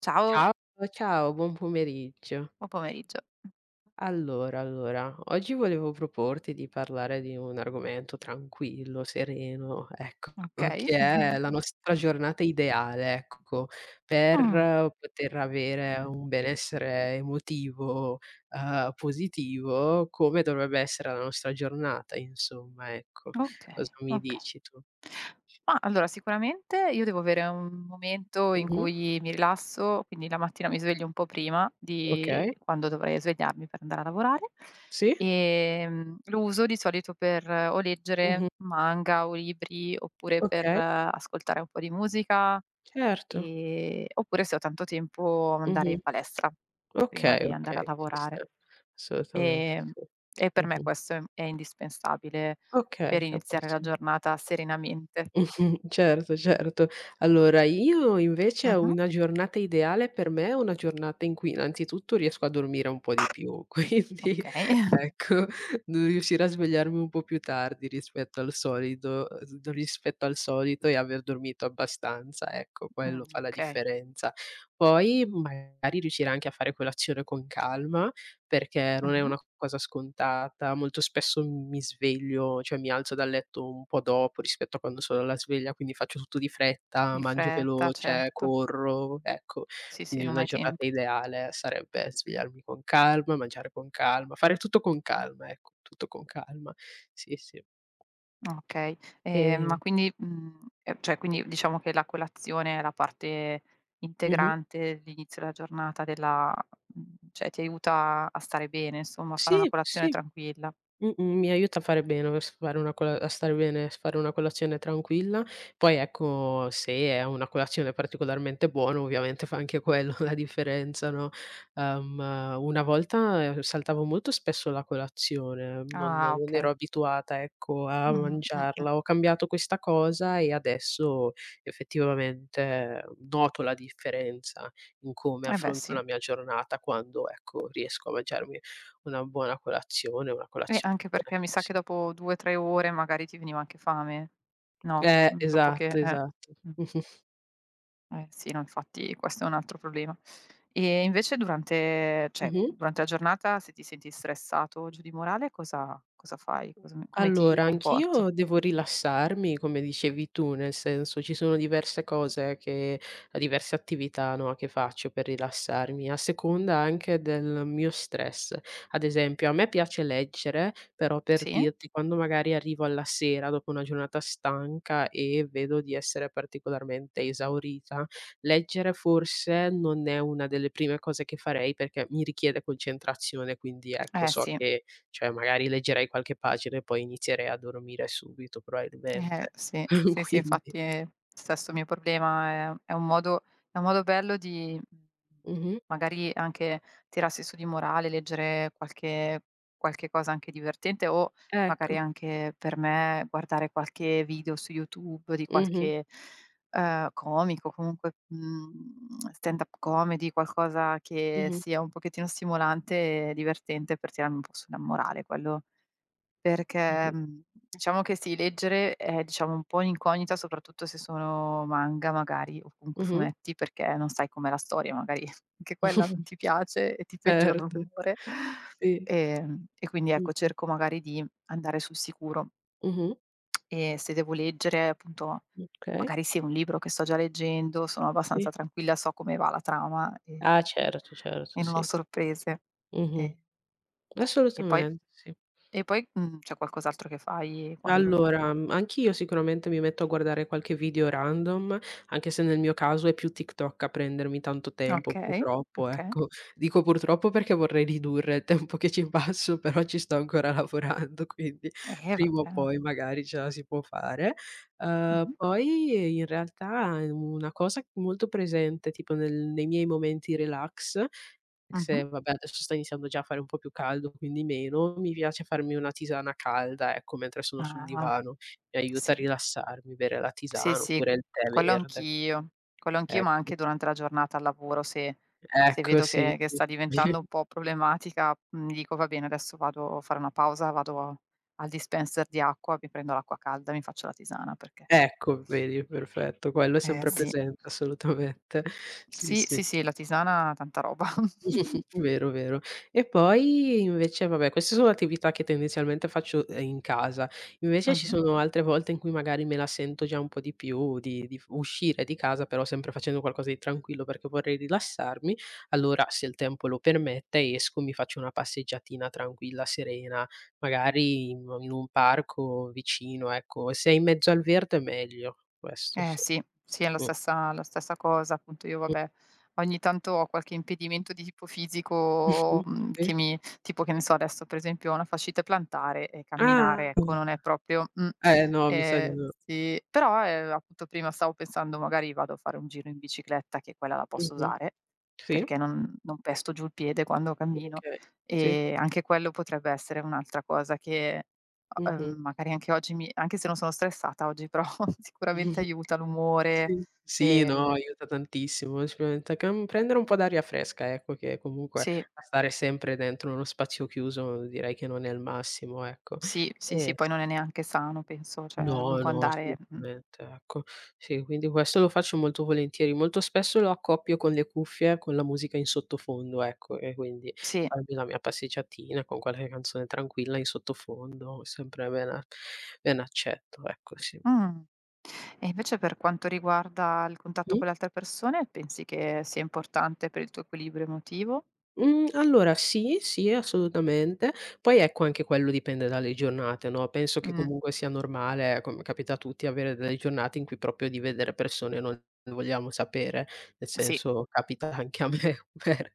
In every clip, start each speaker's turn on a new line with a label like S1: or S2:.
S1: Ciao,
S2: Ciao, ciao, buon pomeriggio.
S1: buon pomeriggio.
S2: Allora, oggi volevo proporti di parlare di un argomento tranquillo, sereno, ecco,
S1: Okay.
S2: che è la nostra giornata ideale, ecco, per
S1: Mh,
S2: poter avere un benessere emotivo, positivo, come dovrebbe essere la nostra giornata, insomma, ecco.
S1: okay,
S2: Cosa mi
S1: okay.
S2: dici tu?
S1: Ma allora sicuramente io devo avere un momento in
S2: Mh-mh,
S1: cui mi rilasso, quindi la mattina mi sveglio un po' prima di
S2: okay.
S1: quando dovrei svegliarmi per andare a lavorare.
S2: Sì?
S1: Lo uso di solito per o leggere
S2: Mh-mh,
S1: manga o libri, oppure per
S2: okay,
S1: ascoltare un po' di musica,
S2: certo.
S1: oppure se ho tanto tempo andare in
S2: Mh-mh.
S1: palestra prima
S2: Okay,
S1: di andare a
S2: okay, ci
S1: lavorare.
S2: sta. Assolutamente
S1: Ehm,
S2: sì.
S1: e per me
S2: Mh-mh.
S1: questo è indispensabile per
S2: Okay,
S1: iniziare la
S2: capisco.
S1: giornata serenamente.
S2: Certo, certo. Allora io invece ho
S1: Mh-mh,
S2: una giornata ideale, per me è una giornata in cui innanzitutto riesco a dormire un po' di più, quindi
S1: okay.
S2: ecco, devo riuscire a svegliarmi un po' più tardi rispetto al solito, rispetto al solito e aver dormito abbastanza, ecco, quello fa la
S1: Okay.
S2: differenza. Poi magari riuscire anche a fare colazione con calma, perché non è
S1: Mh-mh.
S2: una cosa scontata. Molto spesso mi sveglio, cioè mi alzo dal letto un po' dopo rispetto a quando sono alla sveglia, quindi faccio tutto di fretta,
S1: Di
S2: mangio
S1: fretta,
S2: veloce,
S1: certo.
S2: corro, ecco.
S1: Sì, sì,
S2: Quindi
S1: non
S2: una
S1: hai tempo.
S2: giornata ideale sarebbe svegliarmi con calma, mangiare con calma, fare tutto con calma, ecco, tutto con calma. Sì, sì.
S1: Okay. Ma
S2: Ehm
S1: quindi, cioè quindi diciamo che la colazione è la parte
S2: mh-mh.
S1: integrante dell'inizio della giornata cioè ti aiuta a stare bene, insomma, a fare una
S2: Sì,
S1: colazione
S2: sì.
S1: tranquilla.
S2: Mh-mh, mi aiuta a fare bene, a s fare una cola a stare bene, a s fare una colazione tranquilla. Poi ecco, se è una colazione particolarmente buona, ovviamente fa anche quello la differenza, no, uhm, una volta saltavo molto spesso la colazione, non
S1: Ah,
S2: non
S1: okay.
S2: ero abituata, ecco, a
S1: Mh-mh, mh-mh.
S2: mangiarla. Ho cambiato questa cosa e adesso effettivamente noto la differenza in come
S1: Eh beh,
S2: affronto
S1: sì.
S2: la mia giornata quando, ecco, riesco a mangiarmi una buona colazione, una colazio
S1: Anche perché mi
S2: Ecco
S1: sa che
S2: sì.
S1: dopo 2, 3 ore magari ti veniva anche fame, no, dopo che
S2: Esatto, esatto.
S1: mh,
S2: Mh-mh,
S1: eh sì, no, infatti questo è un altro problema. E invece
S2: mh-mh.
S1: durante la giornata se ti senti stressato o giù di morale cosa fai? Cosa come ti
S2: Allora,
S1: comporti?
S2: anch'io devo rilassarmi, come dicevi tu, nel senso ci sono diverse cose che diverse attività, no, che faccio per rilassarmi, a seconda anche del mio stress. Ad esempio, a me piace leggere, però per
S1: Sì?
S2: dirti, quando magari arrivo alla sera dopo una giornata stanca e vedo di essere particolarmente esaurita, leggere forse non è una delle prime cose che farei perché mi richiede concentrazione, quindi ecco,
S1: Eh
S2: so
S1: sì.
S2: che cioè magari leggerei qualche pagina e poi inizierei a dormire subito probabilmente.
S1: Sì, sì, sì,
S2: Quindi
S1: infatti è stesso mio problema, è un modo bello di,
S2: mh-mh,
S1: magari anche tirarsi su di morale, leggere qualche cosa anche divertente o magari
S2: ecco.
S1: anche per me guardare qualche video su YouTube di
S2: Mh-mh,
S1: qualche, comico, comunque, stand-up comedy, qualcosa che
S2: mh-mh,
S1: sia un pochettino stimolante e divertente per tirarmi un po' su la morale, quello perché,
S2: mh-mh,
S1: diciamo che sì, leggere è, diciamo, un po' un'incognita, soprattutto se sono manga magari, o comunque
S2: mh-mh.
S1: fumetti, perché non sai com'è la storia, magari anche quella non ti piace e ti peggiora
S2: Certo,
S1: l'umore.
S2: sì.
S1: E quindi ecco,
S2: Mh,
S1: cerco magari di andare sul sicuro.
S2: mh-mh,
S1: E se devo leggere, appunto,
S2: okay,
S1: magari sì, è un libro che sto già leggendo, sono
S2: sì.
S1: abbastanza tranquilla, so come va la trama e
S2: Ah certo,
S1: e
S2: certo,
S1: non ho
S2: sì.
S1: sorprese. E
S2: Mh-mh,
S1: e poi
S2: assolutamente, sì.
S1: e poi, c'è qualcos'altro che fai quando.
S2: Allora, anch'io sicuramente mi metto a guardare qualche video random, anche se nel mio caso è più TikTok a prendermi tanto tempo
S1: Okay,
S2: purtroppo,
S1: okay.
S2: ecco. Dico purtroppo perché vorrei ridurre il tempo che ci passo, però ci sto ancora lavorando, quindi prima o
S1: Vabbè.
S2: poi magari ce la si può fare.
S1: Mh-mh,
S2: Poi in realtà una cosa molto presente tipo nel nei miei momenti relax, anche
S1: mh-mh.
S2: se vabbè adesso sta iniziando già a fare un po' più caldo, quindi meno, mi piace farmi una tisana calda, ecco, mentre sono sul
S1: Ah,
S2: divano. Mi aiuta a
S1: sì.
S2: rilassarmi, bere la
S1: Sì,
S2: tisana
S1: sì,
S2: oppure il tè
S1: quello
S2: verde.
S1: anch'io. Quello anch'io, ma
S2: Ecco,
S1: anche durante la giornata al lavoro se
S2: ecco
S1: vedo
S2: sì,
S1: che
S2: sì.
S1: sta diventando un po' problematica, dico: "Va bene, adesso vado a fare una pausa, vado al dispenser di acqua, mi prendo l'acqua calda, mi faccio la tisana", perché
S2: Ecco, vedi perfetto, quello è sempre
S1: sì.
S2: presente assolutamente. Sì,
S1: Sì,
S2: sì.
S1: sì, sì, la tisana, tanta roba.
S2: Vero, vero. E poi invece vabbè, queste sono attività che tendenzialmente faccio, in casa. Invece ci
S1: Mh-mh.
S2: sono altre volte in cui magari me la sento già un po' di più di f uscire di casa, però sempre facendo qualcosa di tranquillo perché vorrei rilassarmi. Allora, se il tempo lo permette, esco, mi faccio una passeggiatina tranquilla, serena, magari in un parco vicino, ecco. Se è in mezzo al verde meglio, questo
S1: Eh
S2: sì.
S1: sì, sì, è la
S2: Mh,
S1: stessa la stessa cosa. Appunto io
S2: mh.
S1: vabbè, ogni tanto ho qualche impedimento di tipo fisico,
S2: Mh-mh.
S1: che
S2: Sì.
S1: mi tipo che ne so adesso per esempio ho una fascite plantare e camminare
S2: Ah.
S1: ecco non è proprio.
S2: Eh no, mi sa di
S1: Ehm,
S2: no.
S1: sì però, appunto prima stavo pensando magari vado a fare un giro in bicicletta che quella la posso
S2: Mh-mh.
S1: usare,
S2: Sì.
S1: perché non pesto giù il piede quando cammino,
S2: Okay. Sì.
S1: e anche quello potrebbe essere un'altra cosa che.
S2: Mh-mh.
S1: Magari anche oggi mi anche se non sono stressata oggi, però sicuramente aiuta l'umore,
S2: Sì. Sì, no,
S1: ehm,
S2: aiuta tantissimo. Sicuramente cam prendere un po' d'aria fresca, ecco, che comunque
S1: sì,
S2: a stare sempre dentro uno spazio chiuso direi che non è il massimo, ecco.
S1: sì, sì, sì, poi
S2: S
S1: non è neanche sano penso, cioè a
S2: No,
S1: lungo
S2: no,
S1: andare,
S2: assolutamente, ecco. Sì, quindi questo lo faccio molto volentieri. Molto spesso lo accoppio con le cuffie, con la musica in sottofondo, ecco, e quindi
S1: sì.
S2: farmi la mia passeggiatina con qualche canzone tranquilla in sottofondo, sempre ben accetto, ecco, sì.
S1: Mh. E invece per quanto riguarda il contatto
S2: Mh.
S1: con le altre persone, pensi che sia importante per il tuo equilibrio emotivo?
S2: Mhmm, allora sì, sì, assolutamente. Poi ecco anche quello dipende dalle giornate, no, penso che
S1: Mh,
S2: comunque sia normale, come capita a tutti, avere delle giornate in cui proprio di vedere persone non vogliamo sapere, nel
S1: sì,
S2: senso capita anche a me, per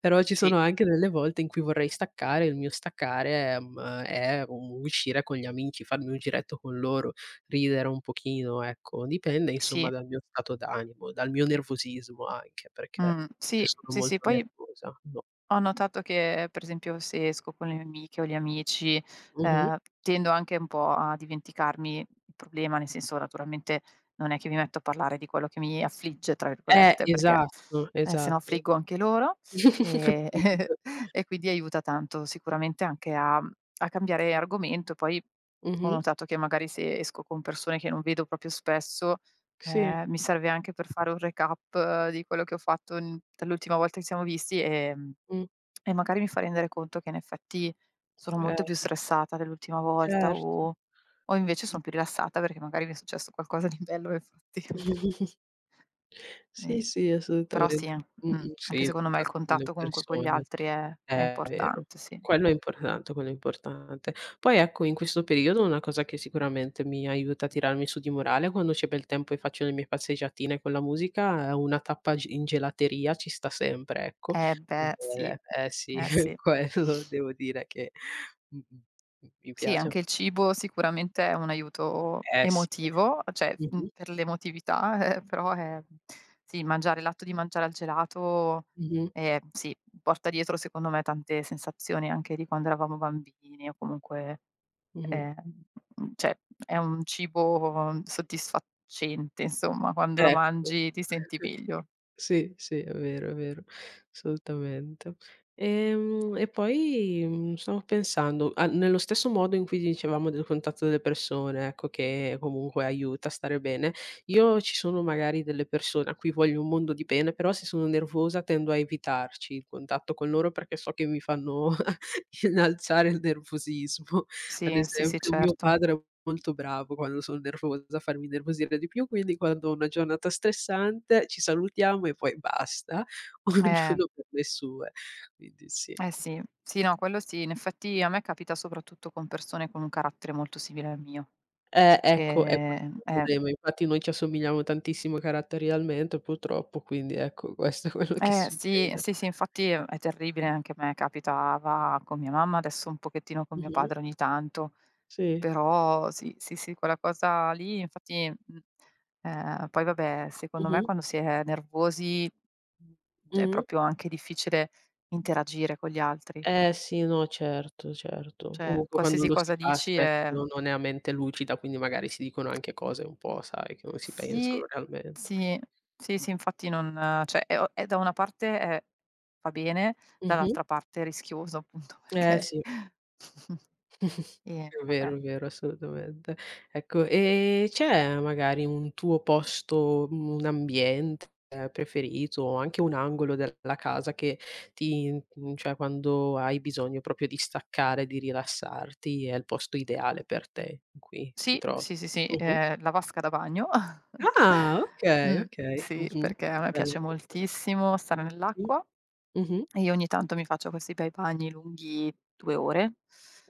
S2: però ci sono
S1: sì,
S2: anche delle volte in cui vorrei staccare, il mio staccare, è u uscire con gli amici, farmi un giretto con loro, ridere un pochino, ecco. Dipende insomma
S1: sì.
S2: dal mio stato d'animo, dal mio nervosismo anche, perché
S1: Mh,
S2: se
S1: sì,
S2: sono
S1: sì, sì,
S2: molto
S1: poi
S2: nervosa, no.
S1: ho notato che, per esempio, se esco con le mie amiche o gli amici,
S2: Mh-mh.
S1: tendo anche un po' a dimenticarmi il problema, nel senso, naturalmente non è che mi metto a parlare di quello che mi "affligge" tra virgolette, perché,
S2: Esatto,
S1: se no
S2: esatto.
S1: affliggo anche loro, ehm,
S2: Appunto.
S1: e quindi aiuta tanto sicuramente anche a cambiare argomento. Poi ho
S2: Mh-mh.
S1: notato che magari se esco con persone che non vedo proprio spesso,
S2: Sì.
S1: mi serve anche per fare un recap di quello che ho fatto n dall'ultima volta che ci siamo visti,
S2: Mh.
S1: e magari mi fa rendere conto che in effetti sono molto
S2: Eh,
S1: più stressata dell'ultima volta
S2: certo.
S1: o invece son più rilassata perché magari mi è successo qualcosa di bello nel frattempo.
S2: Mh. Sì,
S1: Ehm,
S2: sì,
S1: Però sì,
S2: assolutamente. Mh-mh, sì,
S1: anche
S2: il
S1: secondo me il
S2: contatto con le
S1: contatto comunque con gli
S2: persone.
S1: altri è
S2: È vero.
S1: importante, sì.
S2: Quello è importante, quello è importante. Poi ecco, in questo periodo una cosa che sicuramente mi aiuta a tirarmi su di morale, quando c'è bel tempo e faccio le mie passeggiatine con la musica, è una tappa g in gelateria ci sta sempre, ecco.
S1: Eh beh, sì.
S2: Eh sì,
S1: Eh sì.
S2: quello devo dire che mh-mh, m mi
S1: Sì,
S2: piace
S1: anche il
S2: fa
S1: cibo sicuramente è un aiuto
S2: eh sì.
S1: emotivo, cioè,
S2: Mh-mh,
S1: per l'emotività, però è sì, mangiare l'atto di mangiare al gelato,
S2: mh-mh,
S1: sì, porta dietro secondo me tante sensazioni anche di quando eravamo bambini o comunque,
S2: mh-mh.
S1: ehm, cioè è un cibo soddisfacente, insomma, quando lo
S2: Ecco.
S1: mangi ti senti meglio.
S2: Sì, sì, è vero, assolutamente. E poi, stavo pensando, a nello stesso modo in cui dicevamo del contatto delle persone, ecco, che comunque aiuta a stare bene, io ci sono magari delle persone a cui voglio un mondo di bene, però se sono nervosa tendo a evitarci il contatto con loro perché so che mi fanno innalzare il nervosismo. Ad
S1: Sì, sì, sì,
S2: esempio mio
S1: certo.
S2: padre è molto bravo quando sono nervosa a farmi innervosire di più, quindi quando ho una giornata stressante ci salutiamo e poi basta,
S1: Eh.
S2: ognuno per le sue. Quindi sì.
S1: Eh sì, sì, no, quello sì. In effetti a me capita soprattutto con persone con un carattere molto simile al mio,
S2: Ecco, è quello
S1: che
S2: il problema. Infatti noi ci assomigliamo tantissimo caratterialmente purtroppo, quindi ecco questo è quello che
S1: sì,
S2: succede.
S1: sì, sì, infatti è terribile, anche a me capitava con mia mamma, adesso un pochettino con mio
S2: Mh-mh.
S1: padre ogni tanto,
S2: Sì.
S1: però sì, sì, sì, quella cosa lì, infatti, poi vabbè, secondo me
S2: Mh-mh.
S1: quando si è nervosi mh, è
S2: Mh-mh.
S1: proprio anche difficile interagire con gli altri,
S2: Eh sì, no, certo, certo.
S1: cioè
S2: Comunque quando
S1: qualsiasi
S2: lo si
S1: cosa
S2: fa
S1: dici.
S2: spesso non è a mente lucida, quindi magari si dicono anche cose un po', sai, che non si pensano
S1: Sì,
S2: realmente.
S1: sì, sì, sì, infatti non cioè è da una parte è va bene,
S2: Mh-mh.
S1: dall'altra parte è rischioso appunto
S2: Eh
S1: perché
S2: sì,
S1: vabbè.
S2: è vero, assolutamente. Ecco, e c'è magari un tuo posto, un ambiente preferito o anche un angolo della casa che ti cioè quando hai bisogno proprio di staccare, di rilassarti, è il posto ideale per te in cui ti
S1: Sì,
S2: trovi?
S1: sì, sì, sì,
S2: Mh-mh.
S1: la vasca da bagno.
S2: Ah, okay,
S1: Mh,
S2: okay.
S1: sì,
S2: Mh-mh.
S1: perché a me
S2: Bello
S1: piace
S2: questo.
S1: moltissimo stare
S2: Sì.
S1: nell'acqua.
S2: Mh-mh.
S1: E io ogni tanto mi faccio questi bei bagni lunghi 2 ore,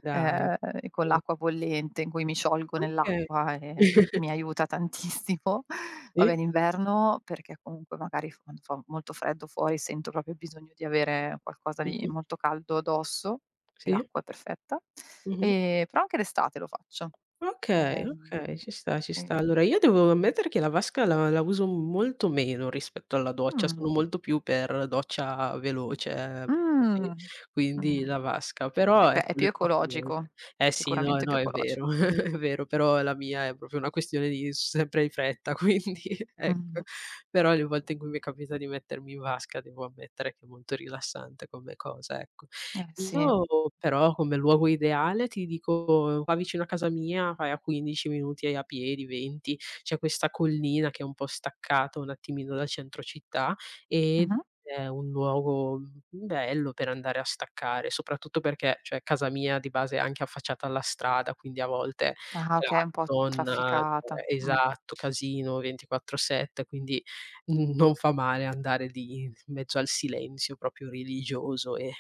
S2: Dai.
S1: e con
S2: Ah,
S1: l'acqua bollente in cui mi sciolgo
S2: okay.
S1: nell'acqua e mi aiuta tantissimo. Vabbè
S2: Sì.
S1: in inverno perché comunque magari f quando fa molto freddo fuori sento proprio il bisogno di avere qualcosa di
S2: Mh-mh.
S1: molto caldo addosso e
S2: Sì.
S1: l'acqua è perfetta.
S2: Mh-mh.
S1: Però anche d'estate lo faccio.
S2: Okay,
S1: Ehm,
S2: okay, ci sta, ci sta.
S1: e
S2: Allora io devo ammettere che la vasca la uso molto meno rispetto alla doccia,
S1: mh,
S2: sono molto più per doccia veloce, così,
S1: mh,
S2: quindi
S1: mh.
S2: la vasca, però
S1: Beh, è
S2: ecco
S1: più
S2: le poche volte
S1: ecologico,
S2: eh sì, no,
S1: sicuramente più
S2: no, è
S1: ecologico.
S2: vero,
S1: Mh.
S2: è vero, però la mia è proprio una questione di sempre in fretta, quindi
S1: Mh.
S2: ecco. Però le volte in cui mi capita di mettermi in vasca devo ammettere che è molto rilassante come cosa, ecco.
S1: Eh sì.
S2: Io però come luogo ideale ti dico qua vicino a casa mia vai a 15 minuti a piedi, 20, c'è questa collina che è un po' staccata un attimino dal centro città ed
S1: Mh-mh.
S2: è un luogo bello per andare a staccare, soprattutto perché, cioè, casa mia di base è anche affacciata alla strada, quindi a volte
S1: Ah, okay, un po'
S2: clacson, cioè
S1: trafficata. Mh.
S2: esatto, casino 24/7, quindi, non fa male andare lì in mezzo al silenzio proprio religioso e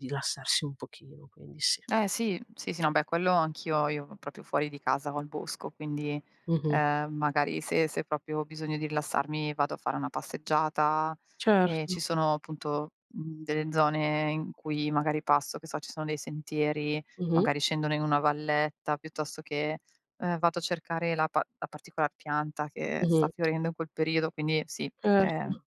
S2: rilassarsi un pochino, quindi sì.
S1: Eh sì, sì, sì, no beh quello anch'io, io proprio fuori di casa ho il bosco, quindi,
S2: Mh-mh.
S1: magari se proprio ho bisogno di rilassarmi vado a fare una passeggiata e
S2: Certo.
S1: ci sono appunto, delle zone in cui magari passo, che so, ci sono dei sentieri,
S2: Mh-mh,
S1: magari scendono in una valletta, piuttosto che, vado a cercare la particolar pianta che sta
S2: mh-mh.
S1: fiorendo in quel periodo, quindi sì,
S2: Certo.
S1: ehm,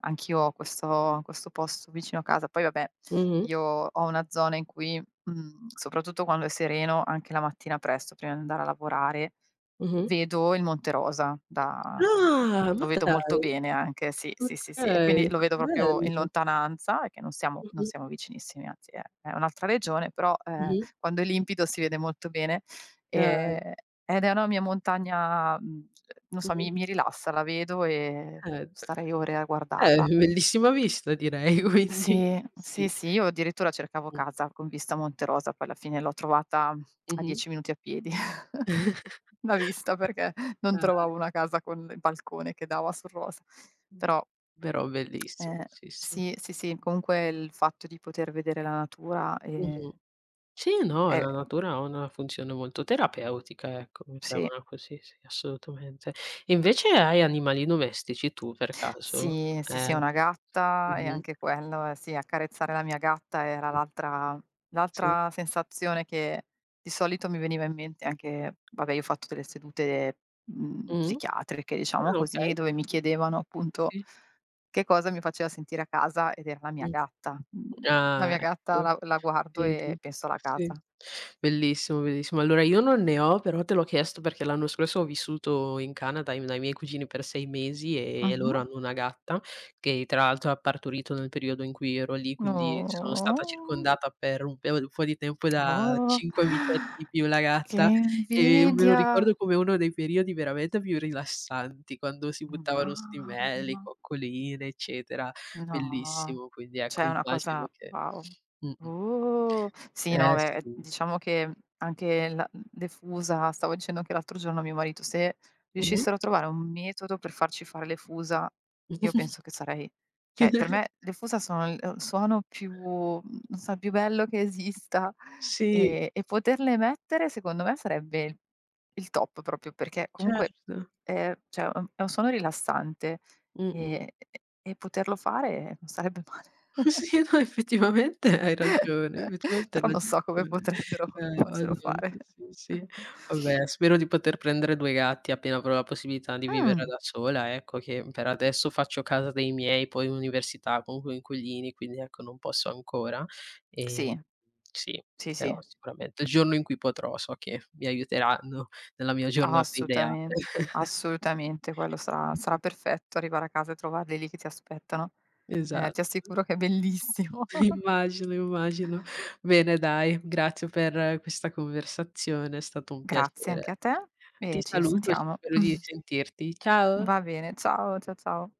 S1: anch'io ho questo posto vicino a casa. Poi vabbè,
S2: Mh-mh,
S1: io ho una zona in cui soprattutto quando è sereno, anche la mattina presto prima di andare a lavorare,
S2: mh-mh.
S1: vedo il Monte Rosa mhmm,
S2: Ah,
S1: lo
S2: ma
S1: vedo molto
S2: dai.
S1: bene anche, sì, sì, sì, sì. E
S2: Okay,
S1: quindi lo
S2: ma
S1: vedo
S2: che
S1: proprio in
S2: bello.
S1: lontananza, perché non siamo non
S2: Mh-mh,
S1: siamo vicinissimi, anzi è un'altra regione, però,
S2: mh-mh.
S1: quando è limpido si vede molto bene,
S2: Dai.
S1: ehm, ed è una mia montagna, non so, mi
S2: Mh-mh.
S1: mi rilassa, la vedo e
S2: Eh,
S1: starei ore a guardarla.
S2: bellissima vista direi quindi.
S1: Sì, sì,
S2: Sì, sì.
S1: sì, io addirittura cercavo
S2: Mh-mh.
S1: casa con vista a Monterosa, poi alla fine l'ho trovata a
S2: Mh.
S1: 10 minuti a piedi la vista, perché non trovavo
S2: Dai.
S1: una casa con il balcone che dava sul Rosa.
S2: Mh.
S1: Però,
S2: Però bellissimo,
S1: ehm,
S2: sì, sì.
S1: sì, sì, sì, comunque il fatto di poter vedere la natura,
S2: Mh-mh. Sì, no,
S1: è
S2: la natura ha una funzione molto terapeutica, ecco,
S1: sì.
S2: mettiamola così, sì, assolutamente. E invece hai animali domestici tu per caso?
S1: Sì, sì,
S2: Eh.
S1: sì, una gatta e
S2: Mh-mh.
S1: anche quello, sì, accarezzare la mia gatta era
S2: Mh.
S1: l'altra
S2: Sì.
S1: l'altra sensazione che di solito mi veniva in mente anche vabbè, io ho fatto delle sedute,
S2: Mh-mh.
S1: psichiatriche, diciamo
S2: Ah okay.
S1: così, dove mi
S2: Mh-mh.
S1: chiedevano appunto
S2: Sì.
S1: che cosa mi faceva sentire a casa ed era la mia
S2: Mh.
S1: gatta. Mhmm, la
S2: Ah,
S1: mia gatta
S2: ecco.
S1: la guardo e
S2: Vedi?
S1: penso alla
S2: Sì.
S1: casa.
S2: Bellissimo, bellissimo. Allora io non ne ho, però te l'ho chiesto perché l'anno scorso ho vissuto in Canada in dai miei cugini per 6 mesi e loro
S1: Mh-mh.
S2: hanno una gatta che tra l'altro ha partorito nel periodo in cui ero lì, quindi sono stata
S1: Oh,
S2: circondata per un peo un po' di tempo da 5
S1: oh,
S2: amichetti più la
S1: che
S2: gatta e me lo
S1: invidia.
S2: ricordo come uno dei periodi veramente più rilassanti, quando si buttavano su di me, le
S1: Mamma.
S2: coccoline, eccetera.
S1: No,
S2: Bellissimo, quindi
S1: cioè
S2: ecco
S1: è una
S2: immagino
S1: cosa
S2: che
S1: wow.
S2: mh-mh.
S1: Sì, no,
S2: Eh
S1: beh,
S2: sì.
S1: diciamo che anche la le fusa stavo dicendo anche l'altro giorno a mio marito, se
S2: Mh-mh.
S1: riuscissero a trovare un metodo per farci fare le fusa, io penso che sarei cioè per me le fusa sono il suono più non so, più bello che esista
S2: Sì,
S1: e poterle mettere secondo me sarebbe il top proprio perché comunque,
S2: certo.
S1: cioè è un suono rilassante
S2: Mh-mh.
S1: e e e poterlo fare non sarebbe male.
S2: Sì, no, effettivamente hai ragione, effettivamente hai
S1: Però non so come
S2: ragione.
S1: potrebbero farcelo
S2: Madonna,
S1: fare.
S2: sì, sì. Vabbè, spero di poter prendere 2 gatti appena avrò la possibilità di vivere
S1: Mh,
S2: da sola, ecco, che per adesso faccio casa dei miei, poi in università, comunque inquilini, quindi ecco non posso ancora. Ehm,
S1: sì,
S2: sì,
S1: sì,
S2: però
S1: sì,
S2: sicuramente il giorno in cui potrò so che mi aiuteranno nella mia giornata ideale.
S1: assolutamen assolutamente, quello sarà perfetto arrivare a casa e trovarli lì che ti aspettano. Ti
S2: Esatto.
S1: assicuro che è bellissimo.
S2: Immagino, immagino. Bene dai, grazie per questa conversazione, è stato un
S1: Grazie anche a
S2: piacere.
S1: te
S2: Ti
S1: e ci
S2: saluto,
S1: risentiamo.
S2: spero di sentirti. Ciao.
S1: Va bene, ciao, ciao.